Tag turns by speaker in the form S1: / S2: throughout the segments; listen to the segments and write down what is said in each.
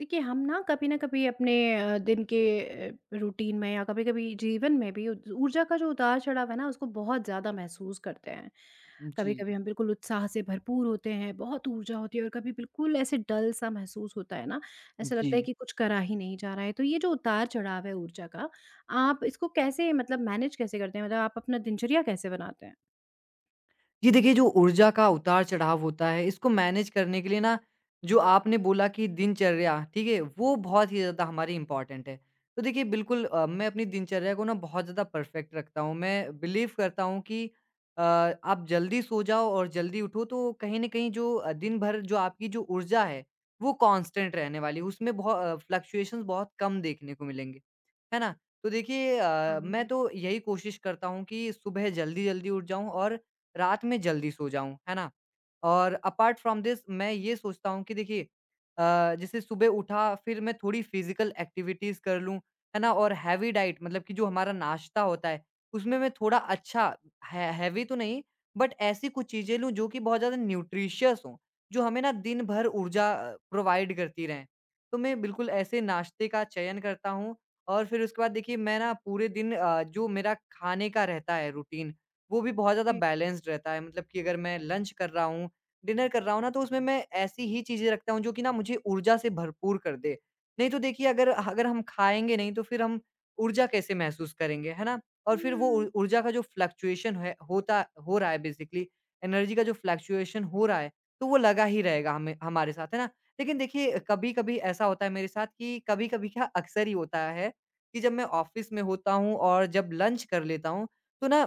S1: देखिए, हम ना कभी अपने दिन के रूटीन में या कभी कभी जीवन में भी ऊर्जा का जो उतार चढ़ाव है ना, उसको बहुत ज़्यादा महसूस करते हैं। कभी
S2: जी,
S1: कभी हम बिल्कुल उत्साह से भरपूर होते हैं, बहुत ऊर्जा होती है, और कभी बिल्कुल ऐसे डल सा महसूस होता है ना, ऐसा
S2: जी।
S1: लगता है कि कुछ करा ही नहीं जा रहा है। तो ये जो उतार चढ़ाव है ऊर्जा का, आप इसको कैसे मतलब मैनेज कैसे करते हैं? मतलब आप अपना दिनचर्या कैसे बनाते हैं?
S2: जी देखिए, जो ऊर्जा का उतार-चढ़ाव होता है, इसको मैनेज करने के लिए ना जो आपने बोला कि दिनचर्या, ठीक है? वो बहुत ही ज़्यादा हमारी इम्पोर्टेंट है। तो देखिए बिल्कुल मैं अपनी दिनचर्या को ना बहुत ज़्यादा परफ़ेक्ट रखता हूँ। मैं बिलीव करता हूँ कि आप जल्दी सो जाओ और जल्दी उठो तो कहीं न कहीं जो दिन भर जो आपकी जो ऊर्जा है, वो कांस्टेंट रहने वाली है। उसमें फ्लक्चुएशंस बहुत कम देखने को मिलेंगे, है ना? तो देखिए मैं
S1: हाँ।
S2: तो यही कोशिश करता हूँ कि सुबह जल्दी-जल्दी उठ जाऊँ और रात में जल्दी सो जाऊँ, है ना? और अपार्ट फ्रॉम दिस मैं ये सोचता हूँ कि देखिए जैसे सुबह उठा फिर मैं थोड़ी फिज़िकल एक्टिविटीज़ कर लूँ, है ना? और हेवी डाइट मतलब कि जो हमारा नाश्ता होता है, उसमें मैं थोड़ा अच्छा है हेवी तो नहीं बट ऐसी कुछ चीज़ें लूँ जो कि बहुत ज़्यादा न्यूट्रिशियस हों, जो हमें ना दिन भर ऊर्जा प्रोवाइड करती रहें। तो मैं बिल्कुल ऐसे नाश्ते का चयन करता हूँ और फिर उसके बाद देखिए मैं ना पूरे दिन जो मेरा खाने का रहता है रूटीन वो भी बहुत ज़्यादा
S1: जी।
S2: बैलेंस्ड रहता है मतलब कि अगर मैं लंच कर रहा हूँ, डिनर कर रहा हूँ ना, तो उसमें मैं ऐसी ही चीज़ें रखता हूँ जो कि ना मुझे ऊर्जा से भरपूर कर दे। नहीं तो देखिए अगर अगर हम खाएँगे नहीं तो फिर हम ऊर्जा कैसे महसूस करेंगे, है ना? और फिर वो ऊ
S1: हम्म।
S2: ऊर्जा का जो फ्लक्चुएशन है होता हो रहा है बेसिकली एनर्जी का जो फ्लक्चुएशन हो रहा है, तो वो लगा ही रहेगा हमें हमारे साथ, है ना? लेकिन देखिए कभी-कभी ऐसा होता है मेरे साथ कि कभी-कभी क्या अक्सर ही होता है कि जब मैं ऑफ़िस में होता हूँ और जब लंच कर लेता हूँ, तो ना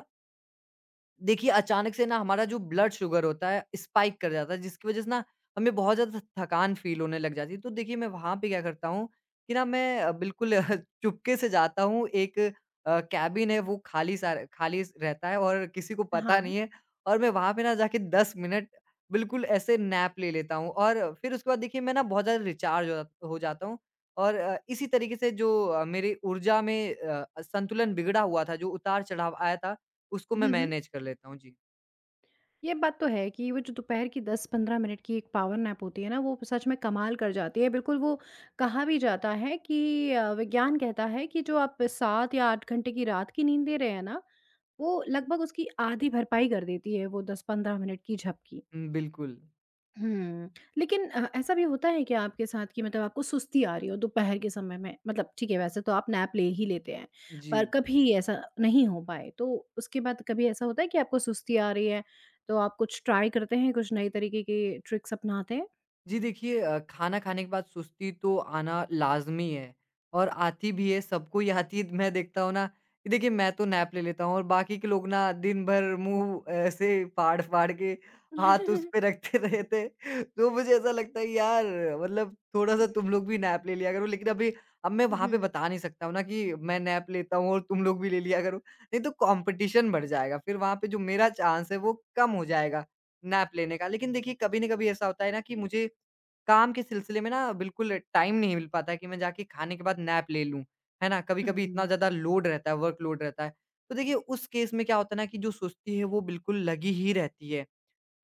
S2: देखिए, अचानक से ना हमारा जो ब्लड शुगर होता है, स्पाइक कर जाता है, जिसकी वजह से ना हमें बहुत ज़्यादा थ थकान फ़ील होने लग जाती है। तो देखिए, मैं वहाँ पे क्या करता हूँ कि ना मैं बिल्कुल चुपके से जाता हूँ, एक केबिन है, वो खाली सा खाली स रहता है और किसी को पता
S1: हाँ।
S2: नहीं है और मैं वहाँ पे ना जाके 10 मिनट बिल्कुल ऐसे नैप ले लेता हूँ और फिर उसके बाद देखिए, मैं ना बहुत ज़्यादा रिचार्ज हो जाता हूँ और इसी तरीके से जो मेरी ऊर्जा में संतुलन बिगड़ा हुआ था, जो उतार-चढ़ाव आया था, उसको
S1: हम्म।
S2: मैं
S1: हम्म।
S2: मैनेज कर लेता हूँ। जी।
S1: ये बात तो है कि वो जो दोपहर की 10-15 मिनट की एक पावर नैप होती है ना, वो सच में कमाल कर जाती है। बिल्कुल वो कहा भी जाता है कि विज्ञान कहता है कि जो आप 7 या 8 घंटे की रात की नींद दे रहे हैं ना, वो लगभग उसकी आधी भरपाई कर देती है वो 10-15 मिनट की झपकी।
S2: हुँ, बिल्कुल।
S1: हुँ। लेकिन ऐसा भी होता है क्या आपके साथ कि मतलब आपको सुस्ती आ रही हो दोपहर के समय में? मतलब ठीक है, वैसे तो आप नैप ले ही लेते हैं,
S2: जी।
S1: पर कभी ऐसा नहीं हो पाए, तो उसके बाद कभी ऐसा होता है कि आपको सुस्ती आ रही है, तो आप कुछ ट्राई करते हैं, कुछ नए तरीके के ट्रिक्स अपनाते हैं?
S2: जी देखिए खाना खाने के बाद सुस्ती तो आना लाज़मी है और आती भी है, सबको ही आती है। मैं देखता हूँ ना कि देखिए मैं तो नैप ले लेता हूँ और बाकी के लोग ना दिन भर मुँह ऐसे फाड़-फाड़ के हाथ उस पे रखते रहते हैं। तो मुझे ऐसा लगता है यार मतलब थोड़ा-सा तुम लोग भी नैप ले लिया करो। लेकिन अभी अब मैं वहाँ पे
S1: हुँ।
S2: बता नहीं सकता हूँ ना कि मैं नैप लेता हूँ और तुम लोग भी ले लिया करो। नहीं तो कॉम्पिटिशन बढ़ जाएगा। फिर वहाँ पे जो मेरा चांस है वो कम हो जाएगा नैप लेने का। लेकिन देखिए कभी न कभी ऐसा होता है ना कि मुझे काम के सिलसिले में ना बिल्कुल टाइम नहीं मिल पाता है कि मैं जाके खाने के बाद नैप ले लूँ, है ना? कभी-कभी इतना
S1: हुँ,
S2: ज़्यादा लोड रहता है, वर्कलोड रहता है। तो देखिए उस केस में क्या होता है ना कि जो सुस्ती है वो बिल्कुल लगी ही रहती है।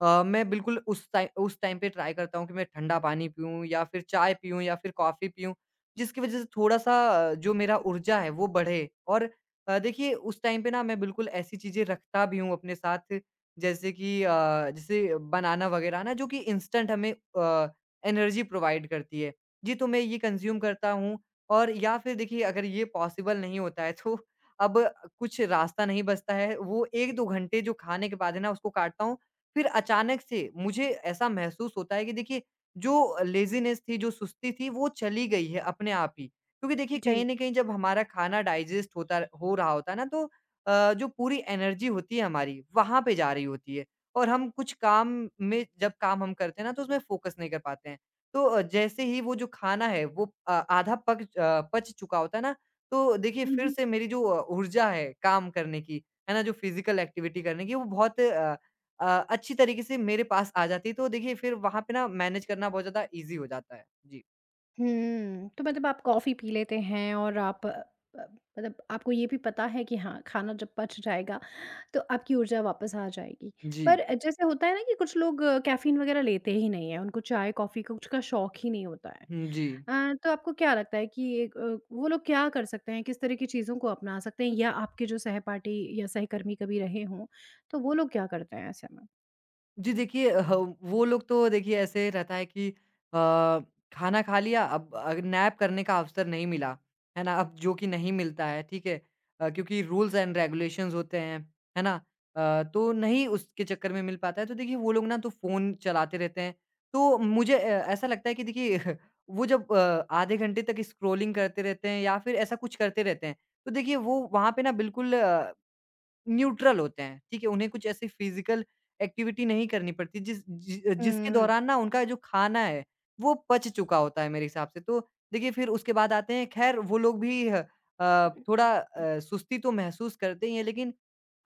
S2: मैं बिल्कुल उस टाइम पे ट्राई करता हूँ कि मैं ठंडा पानी पीऊँ या फिर चाय पीऊँ या फिर कॉफ़ी पीऊँ, जिसकी वज़ह से थोड़ा-सा जो मेरा ऊर्जा है वो बढ़े। और देखिए उस टाइम पे ना मैं बिल्कुल ऐसी चीज़ें रखता भी हूँ अपने साथ जैसे कि जैसे बनाना वग़ैरह ना जो कि इंस्टेंट हमें एनर्जी प्रोवाइड करती है। जी, तो मैं ये कंज़्यूम करता हूँ और या फिर देखिए अगर ये पॉसिबल नहीं होता है तो अब कुछ रास्ता नहीं बचता है, वो 1-2 घंटे जो खाने के बाद है ना उसको काटता हूँ फिर अचानक से मुझे ऐसा महसूस होता है कि देखिए जो लेज़ीनेस थी, जो सुस्ती थी वो चली गई है अपने आप ही। क्योंकि देखिए
S1: जी।
S2: कहीं न कहीं जब हमारा खाना डाइजेस्ट होता हो रहा होता है ना तो जो पूरी एनर्जी होती है हमारी वहाँ पे जा रही होती है और हम कुछ काम में जब काम हम करते हैं ना तो उसमें फ़ोकस नहीं कर पाते हैं। तो जैसे ही वो जो खाना है वो आधा पच चुका होता है ना तो देखिए फिर से मेरी जो ऊर्जा है काम करने की, है ना? जो फ़िज़िकल एक्टिविटी करने की वो बहुत अच्छी तरीके से मेरे पास आ जाती है, तो देखिए फिर वहाँ पे ना मैनेज करना बहुत ज़्यादा ईज़ी हो जाता है। जी।
S1: हुँ, तो मतलब आप कॉफ़ी पी लेते हैं और आप मतलब आपको ये भी पता है कि हाँ, खाना जब पच जाएगा, तो आपकी ऊर्जा वापस आ जाएगी।
S2: जी।
S1: पर जैसे होता है ना कि कुछ लोग कैफ़ीन वग़ैरह लेते ही नहीं हैं, उनको चाय, कॉफ़ी का कुछ का शौक ही नहीं होता है।
S2: हुँ, जी।
S1: तो आपको क्या लगता है कि एक वो लोग क्या कर सकते हैं, किस तरह की चीज़ों को अपना सकते हैं या आपके जो सहपाठी या सहकर्मी कभी रहे हों, तो वो लोग क्या करते हैं ऐसे में?
S2: जी देखिए वो लोग तो देखिए ऐसे रहता है कि अ, खाना खा लिया अब नैप करने का अवसर नहीं मिला, है ना? अब जो कि नहीं मिलता है, ठीक है? क्योंकि रूल्स एंड रेगुलेशंस होते हैं, है ना? तो नहीं उसके चक्कर में मिल पाता है, तो देखिए वो लोग ना तो फ़ोन चलाते रहते हैं। तो मुझे ऐसा लगता है कि देखिए वो जब आधे घंटे तक स्क्रॉलिंग करते रहते हैं या फिर ऐसा कुछ करते रहते हैं, तो देखिए वो वहाँ पे ना बिल्कुल न्यूट्रल होते हैं, ठीक है? उन्हें कुछ ऐसी फ़िज़िकल एक्टिविटी नहीं करनी पड़ती जिसके
S1: हुँ,
S2: दौरान ना उनका जो खाना है, वो पच चुका होता है मेरे हिसाब से। तो देखिए फिर उसके बाद आते हैं ख़ैर वो लोग भी थोड़ा सुस्ती तो महसूस करते ही हैं लेकिन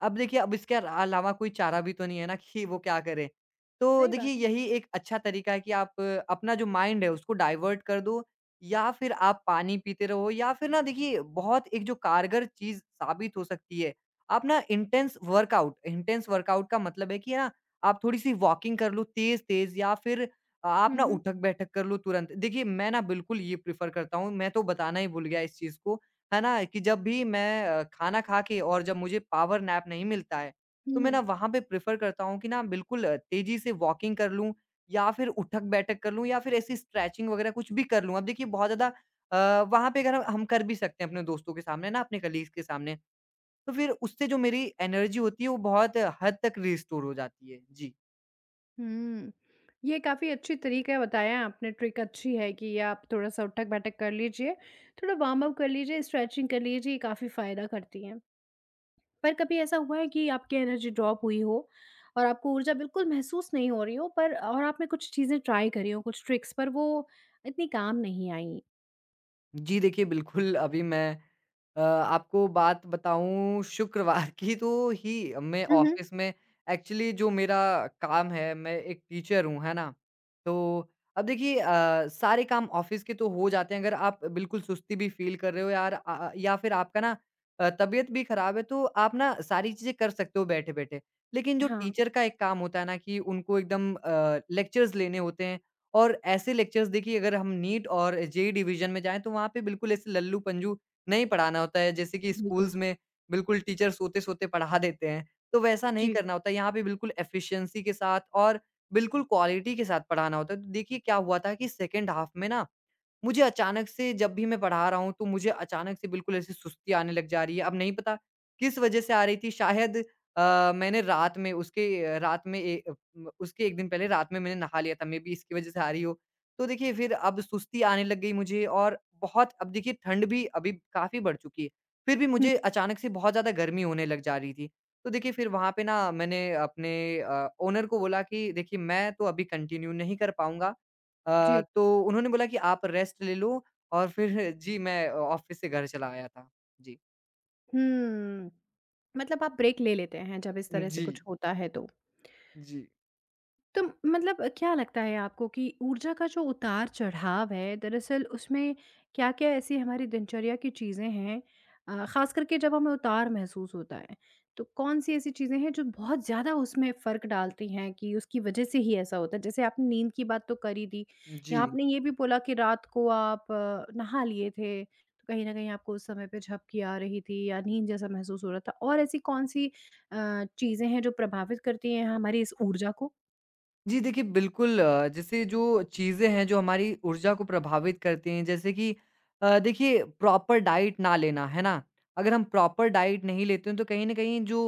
S2: अब देखिए अब इसके अल अलावा कोई चारा भी तो नहीं है ना कि वो क्या करें। तो
S1: सही
S2: देखिए
S1: बात है।
S2: यही एक अच्छा तरीका है कि आप अपना जो माइंड है उसको डाइवर्ट कर दो या फिर आप पानी पीते रहो या फिर ना देखिए बहुत एक जो कारगर चीज़ साबित हो सकती है आप ना इंटेंस वर्कआउट का मतलब है कि ना आप थोड़ी-सी वॉकिंग कर लो तेज़-तेज़ या फिर आप
S1: हुँ,
S2: ना
S1: हुँ।
S2: उठक-बैठक कर लो तुरंत। देखिए, मैं ना बिल्कुल ये प्रेफ़र करता हूँ, मैं तो बताना ही भूल गया इस चीज़ को, है ना? कि जब भी मैं खाना खा के और जब मुझे पावर नैप नहीं मिलता है, तो
S1: हुँ,
S2: मैं ना
S1: हुँ।
S2: वहाँ पे प्रेफ़र करता हूँ कि ना बिल्कुल तेज़ी से वॉकिंग कर लूँ या फिर उठक-बैठक कर लूँ या फिर ऐसी स्ट्रेचिंग वगैरह कुछ भी कर लूँ। अब देखिए बहुत ज़्यादा वहाँ पे अगर हम कर भी सकते हैं अपने दोस्तों के सामने ना, अपने कलीग्स के सामने। तो फिर उससे जो मेरी एनर्जी होती है, वो बहुत हद तक रिस्टोर हो जाती है। जी।
S1: हुँ। ये काफ़ी अच्छी तरीका बताया आपने, ट्रिक अच्छी है कि ये आप थोड़ा-सा उठक-बैठक कर लीजिए, थोड़ा वार्म-अप कर लीजिए, स्ट्रेचिंग कर लीजिए, ये काफ़ी फ़ायदा करती हैं। पर कभी ऐसा हुआ है कि आपकी एनर्जी ड्रॉप हुई हो और आपको ऊर्जा बिल्कुल महसूस नहीं हो रही हो पर और आपने कुछ चीज़ें ट्राई करी हों, कुछ ट्रिक्स पर वो इतनी काम नहीं आईं?
S2: जी, देखिए बिल्कुल, अभी मैं आपको बात बताऊँ शुक्रवार की तो ही मैं
S1: हुँ, हुँ।
S2: ऑफ़िस में एक्चुअली जो मेरा काम है, मैं एक टीचर हूँ, है ना? तो अब देखिए सारे काम ऑफ़िस के तो हो जाते हैं, अगर आप बिल्कुल सुस्ती भी फ़ील कर रहे हो यार या फिर आपका ना तबीयत भी ख़राब है तो आप ना सारी चीज़ें कर सकते हो बैठे-बैठे। लेकिन जो
S1: हाँ।
S2: टीचर का एक काम होता है ना कि उनको एकदम लेक्चर्स लेने होते हैं और ऐसे लेक्चर्स देखिए अगर हम नीट और जेईई डिवीज़न में जाएँ तो वहाँ पे बिल्कुल ऐसे लल्लू-पंजू नहीं पढ़ाना होता है जैसे कि स्कूल्स
S1: बिल्कुल।
S2: में बिल्कुल टीचर सोते-सोते पढ़ा देते हैं। तो वैसा नहीं
S1: जी।
S2: करना होता है, यहाँ पे बिल्कुल एफिशिएंसी के साथ और बिल्कुल क्वालिटी के साथ पढ़ाना होता है। तो देखिए क्या हुआ था कि सेकंड हाफ में ना मुझे अचानक से जब भी मैं पढ़ा रहा हूँ, तो मुझे अचानक से बिल्कुल ऐसी सुस्ती आने लग जा रही है। अब नहीं पता किस वजह से आ रही थी, शायद मैंने रात में रात में ए अ, म उसके 1 दिन पहले रात में मैंने नहा लिया था, मेबी इसकी वजह से आ रही हो। तो देखिए फिर अब सुस्ती आने लग गई मुझे और बहुत अब देखिए ठंड भी अभी काफ़ी बढ़ चुकी है, फिर भी
S1: हुँ,
S2: मुझे अचानक से बहुत ज़्यादा गर्मी होने लग जा रही थी। तो देखिए फिर वहाँ पे ना मैंने अपने ओनर को बोला कि देखिए मैं तो अभी कंटिन्यू नहीं कर पाऊँगा
S1: जी।
S2: तो उन्होंने बोला कि आप रेस्ट ले लो और फिर जी, मैं ऑफिस से घर चला आया था। जी।
S1: हुँ। मतलब आप ब्रेक ले लेते हैं जब इस तरह से
S2: जी,
S1: कुछ होता है तो?
S2: जी,
S1: तो मतलब क्या लगता है आपको कि ऊर्जा का जो उतार-चढ़ाव है दरअसल उसमें क्या-क्या ऐसी हमारी दिनचर्या की चीज़ें हैं, ख़ास करके जब हमें उतार महसूस होता है, तो कौन-सी ऐसी चीज़ें हैं जो बहुत ज़्यादा उसमें फ़र्क डालती हैं कि उसकी वज़ह से ही ऐसा होता है? जैसे आपने नींद की बात तो कर ही दी,
S2: जी।
S1: या आपने ये भी बोला कि रात को आप नहा लिए थे, तो कहीं न कहीं आपको उस समय पे झपकी आ रही थी या नींद जैसा महसूस हो रहा था। और ऐसी कौन-सी चीज़ें हैं जो प्रभावित करती हैं हमारी इस ऊर्जा को?
S2: जी देखिए बिल्कुल जैसे जो चीज़ें हैं जो हमारी ऊर्जा को प्रभावित करती हैं जैसे कि देखिए प्रॉपर डाइट ना लेना है ना अगर हम प्रॉपर डाइट नहीं लेते हैं तो कहीं ना कहीं जो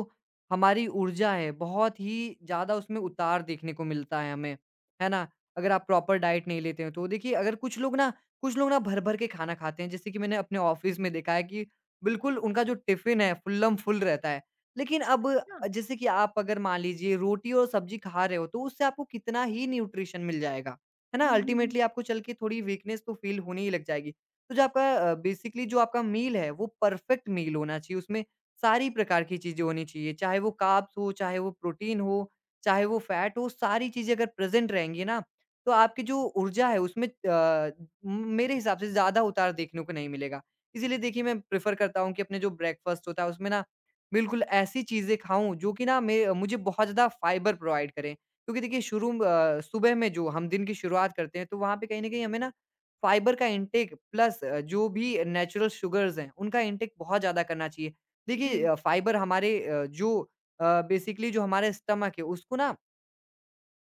S2: हमारी ऊर्जा है बहुत ही ज़्यादा उसमें उतार देखने को मिलता है हमें। है ना? अगर आप प्रॉपर डाइट नहीं लेते हैं तो देखिए, अगर कुछ लोग ना भर भर के खाना खाते हैं। जैसे कि मैंने अपने ऑफिस में देखा है कि बिल्कुल उनका जो टिफिन है फुल्लम फुल रहता है। लेकिन अब जैसे कि आप अगर मान लीजिए रोटी और सब्ज़ी खा रहे हो, तो उससे आपको कितना ही न्यूट्रिशन मिल जाएगा, है ना?
S1: हुँ, हुँ, हुँ।
S2: अल्टीमेटली आपको चल के थोड़ी वीकनेस तो फ़ील होने ही लग जाएगी। तो जो आपका बेसिकली जो आपका मील है, वो परफ़ेक्ट मील होना चाहिए, उसमें सारी प्रकार की चीज़ें होनी चाहिए, चाहे वो कार्ब्स हो, चाहे वो प्रोटीन हो, चाहे वो फैट हो। सारी चीज़ें अगर प्रेज़ेंट रहेंगी ना, तो आपकी जो ऊर्जा है उसमें मेरे हिसाब से ज़्यादा उतार देखने को नहीं मिलेगा। इसीलिए देखिए, मैं प्रेफ़र करता हूँ कि अपने जो ब्रेकफ़ास्ट होता है, उसमें ना बिल्कुल ऐसी चीज़ें खाऊँ जो कि ना मे मुझे बहुत ज़्यादा फाइबर प्रोवाइड करें। क्योंकि देखिए शुरू में, सुबह में जो हम दिन की शुरुआत करते हैं तो वहाँ पे कहीं न कहीं हमें ना फाइबर का इंटेक प्लस जो भी नेचुरल शुगर्स हैं, उनका इंटेक बहुत ज़्यादा करना चाहिए।
S1: जी।
S2: देखिए फाइबर हमारे जो बेसिकली जो हमारा स्टमक है उसको ना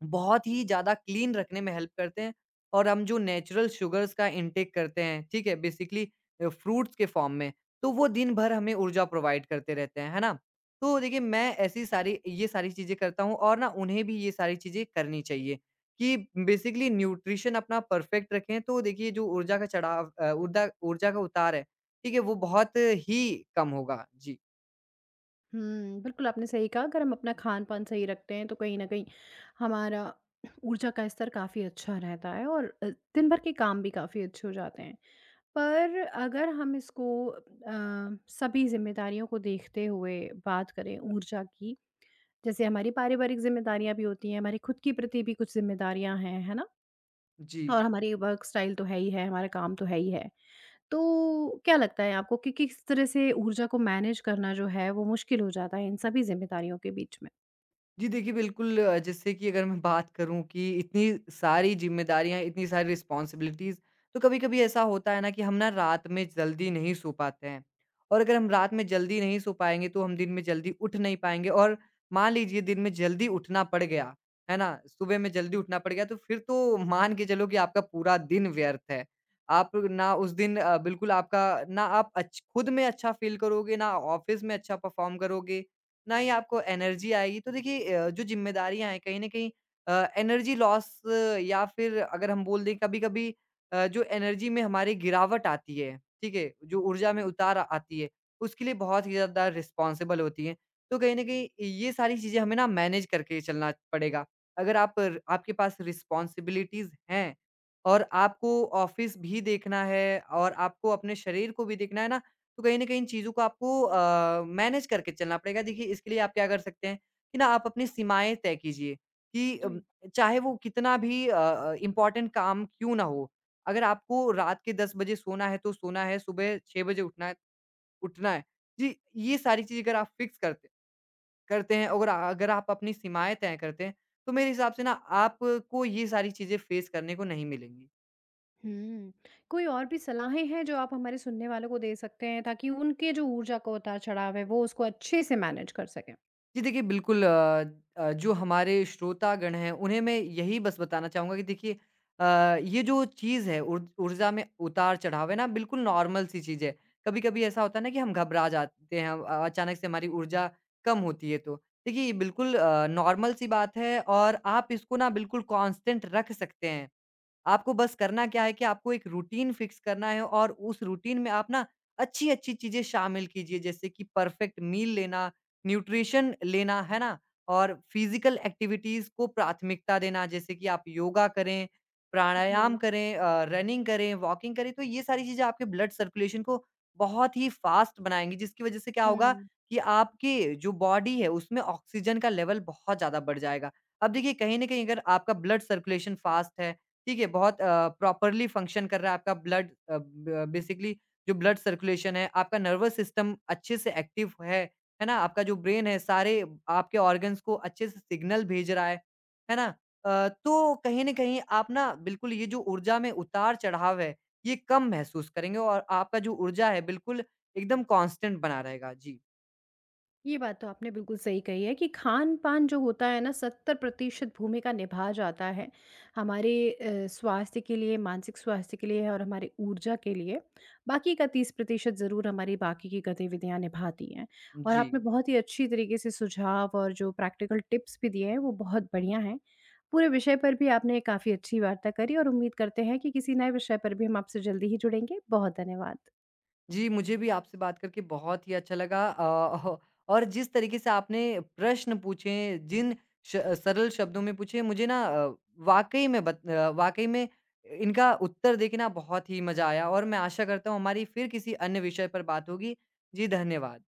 S2: बहुत ही ज़्यादा क्लीन रखने में हेल्प करते हैं। और हम जो नेचुरल शुगर्स का इंटेक करते हैं, ठीक है? बेसिकली फ्रूट्स के फॉर्म में, तो वो दिन भर हमें ऊर्जा प्रोवाइड करते रहते हैं, है ना? तो देखिए मैं ऐसी सारी ये सारी चीज़ें करता हूँ और ना उन्हें भी ये सारी चीज़ें करनी चाहिए कि बेसिकली न्यूट्रिशन अपना परफेक्ट रखें, तो देखिए जो ऊर्जा ऊर्जा का उतार है, ठीक है? वो बहुत ही कम होगा। जी।
S1: हुँ, बिल्कुल आपने सही कहा, अगर हम अपना खान-पान सही रखते हैं तो कहीं न कहीं हमारा ऊर्जा का स्तर काफ़ी अच्छा रहता है और दिन भर के काम भी काफ़ी अच्छे हो जाते हैं। पर अगर हम इसको सभी ज़िम्मेदारियों को देखते हुए बात करें ऊर्जा की, जैसे हमारी पारिवारिक ज़िम्मेदारियाँ भी होती हैं, हमारी खुद के प्रति भी कुछ ज़िम्मेदारियाँ हैं, है ना?
S2: जी।
S1: और हमारी वर्क स्टाइल तो है ही है, हमारा काम तो है ही है। तो क्या लगता है आपको कि किस तरह से ऊर्जा को मैनेज करना जो है वो मुश्किल हो जाता है इन सभी ज़िम्मेदारियों के बीच में?
S2: जी देखिए, बिल्कुल जैसे कि अगर मैं बात करूँ कि इतनी सारी ज़िम्मेदारियाँ, इतनी सारी रिस्पॉन्सिबिलिटीज़, तो कभी-कभी ऐसा होता है ना कि हम ना रात में जल्दी नहीं सो पाते हैं। और अगर हम रात में जल्दी नहीं सो पाएँगे, तो हम दिन में जल्दी उठ नहीं पाएँगे। और मान लीजिए दिन में जल्दी उठना पड़ गया, है ना? सुबह में जल्दी उठना पड़ गया, तो फिर तो मान के चलो कि आपका पूरा दिन व्यर्थ है। आप ना उस दिन बिल्कुल आपका ना आप अच्छ खुद में अच्छा फ़ील करोगे, ना ऑफ़िस में अच्छा परफ़ॉर्म करोगे, ना ही आपको एनर्जी आएगी। तो देखिए जो ज़िम्मेदारियाँ हैं कहीं न कहीं अ, एनर्जी लॉस या फिर अगर हम बोल दें कभी-कभी, जो एनर्जी में हमारी गिरावट आती है, ठीक है? जो ऊर्जा में आती है, उसके लिए बहुत ही ज़्यादा रिस्पॉन्सिबल होती हैं। तो कहीं न कहीं ये सारी चीज़ें हमें ना मैनेज करके चलना पड़ेगा। अगर आप र आपके पास रिस्पॉन्सिबिलिटीज़ हैं और आपको ऑफ़िस भी देखना है और आपको अपने शरीर को भी देखना है ना, तो कहीं न कहीं इन चीज़ों को आपको मैनेज करके चलना पड़ेगा। देखिए, इसके लिए आप क्या कर सकते हैं कि ना आप अपनी सीमाएँ तय कीजिए कि
S1: जी।
S2: चाहे वो कितना भी इम्पोर्टेंट काम क्यों ना हो, अगर आपको रात के 10 बजे सोना है तो सोना है, सुबह 6 बजे उठना है उठना है। जी, ये सारी चीज़ें अगर आप फिक्स करते करते हैं और अगर आप अपनी सीमाएँ तय करते हैं, तो मेरे हिसाब से ना आपको ये सारी चीज़ें फेस करने को नहीं मिलेंगी।
S1: हुँ। कोई और भी सलाहें हैं जो आप हमारे सुनने वालों को दे सकते हैं ताकि उनके जो ऊर्जा का उतार-चढ़ाव है वो उसको अच्छे से मैनेज कर सकें?
S2: जी देखिए, बिल्कुल जो हमारे श्रोतागण हैं, उन्हें मैं यही बस बताना चाहूँगा कि देखिए अ, ये जो चीज़ है ऊर्जा में उतार-चढ़ाव है ना, बिल्कुल नॉर्मल सी चीज़ है। कभी-कभी ऐसा होता है ना कि हम घबरा जाते हैं, अचानक से हमारी ऊर्जा कम होती है तो। देखिए, ये बिल्कुल नॉर्मल सी बात है और आप इसको ना बिल्कुल कांस्टेंट रख सकते हैं। आपको बस करना क्या है कि आपको एक रूटीन फिक्स करना है और उस रूटीन में आप ना अच्छी-अच्छी चीज़ें शामिल कीजिए, जैसे कि परफेक्ट मील लेना, न्यूट्रिशन लेना, है ना? और फिज़िकल एक्टिविटीज़ को प्राथमिकता देना, जैसे कि आप योगा करें, प्राणायाम
S1: जी।
S2: करें, रनिंग करें, वॉकिंग करें, तो ये सारी चीज़ें आपके ब्लड सर्कुलेशन को बहुत ही फ़ास्ट बनाएँगी, जिसकी वज़ह से क्या होगा
S1: हुँ।
S2: कि आपकी जो बॉडी है, उसमें ऑक्सीजन का लेवल बहुत ज़्यादा बढ़ जाएगा। अब देखिए, कहीं न कहीं अगर आपका ब्लड सर्कुलेशन फ़ास्ट है, ठीक है, बहुत प्रॉपरली फंक्शन कर रहा है आपका ब बेसिकली जो ब्लड सर्कुलेशन है, आपका नर्वस सिस्टम अच्छे से एक्टिव है ना? आपका जो ब्रेन है, सारे आपके ऑर्गन्स को अच्छे से सिग्नल भेज रहा है ना? तो कहीं न कहीं आप ना बिल्कुल ये जो ऊर्जा में उतार-चढ़ाव है, ये कम महसूस करेंगे और आपका जो ऊर्जा है, बिल्कुल एकदम कांस्टेंट बना रहेगा। जी।
S1: ये बात तो आपने बिल्कुल सही कही है कि खान-पान जो होता है ना 70% भूमिका निभा जाता है हमारे स्वास्थ्य के लिए, मानसिक स्वास्थ्य के लिए और हमारी ऊर्जा के लिए। बाकी का 30% ज़रूर हमारी बाकी की गतिविधियाँ निभाती हैं। और
S2: जी।
S1: आपने बहुत ही अच्छी तरीके से सुझाव और जो प्रैक्टिकल टिप्स भी दिए हैं वो बहुत बढ़िया हैं। पूरे विषय पर भी आपने काफ़ी अच्छी वार्ता करी और उम्मीद करते हैं कि किसी नए विषय पर भी हम आपसे जल्दी ही जुड़ेंगे। बहुत धन्यवाद।
S2: जी, मुझे भी आपसे बात करके बहुत ही अच्छा लगा। और जिस तरीके से आपने प्रश्न पूछे, जिन श सरल शब्दों में पूछे, मुझे ना वाक़ई में इनका उत्तर देके ना बहुत ही मज़ा आया और मैं आशा करता हूँ हमारी फिर किसी अन्य विषय पर बात होगी। जी, धन्यवाद।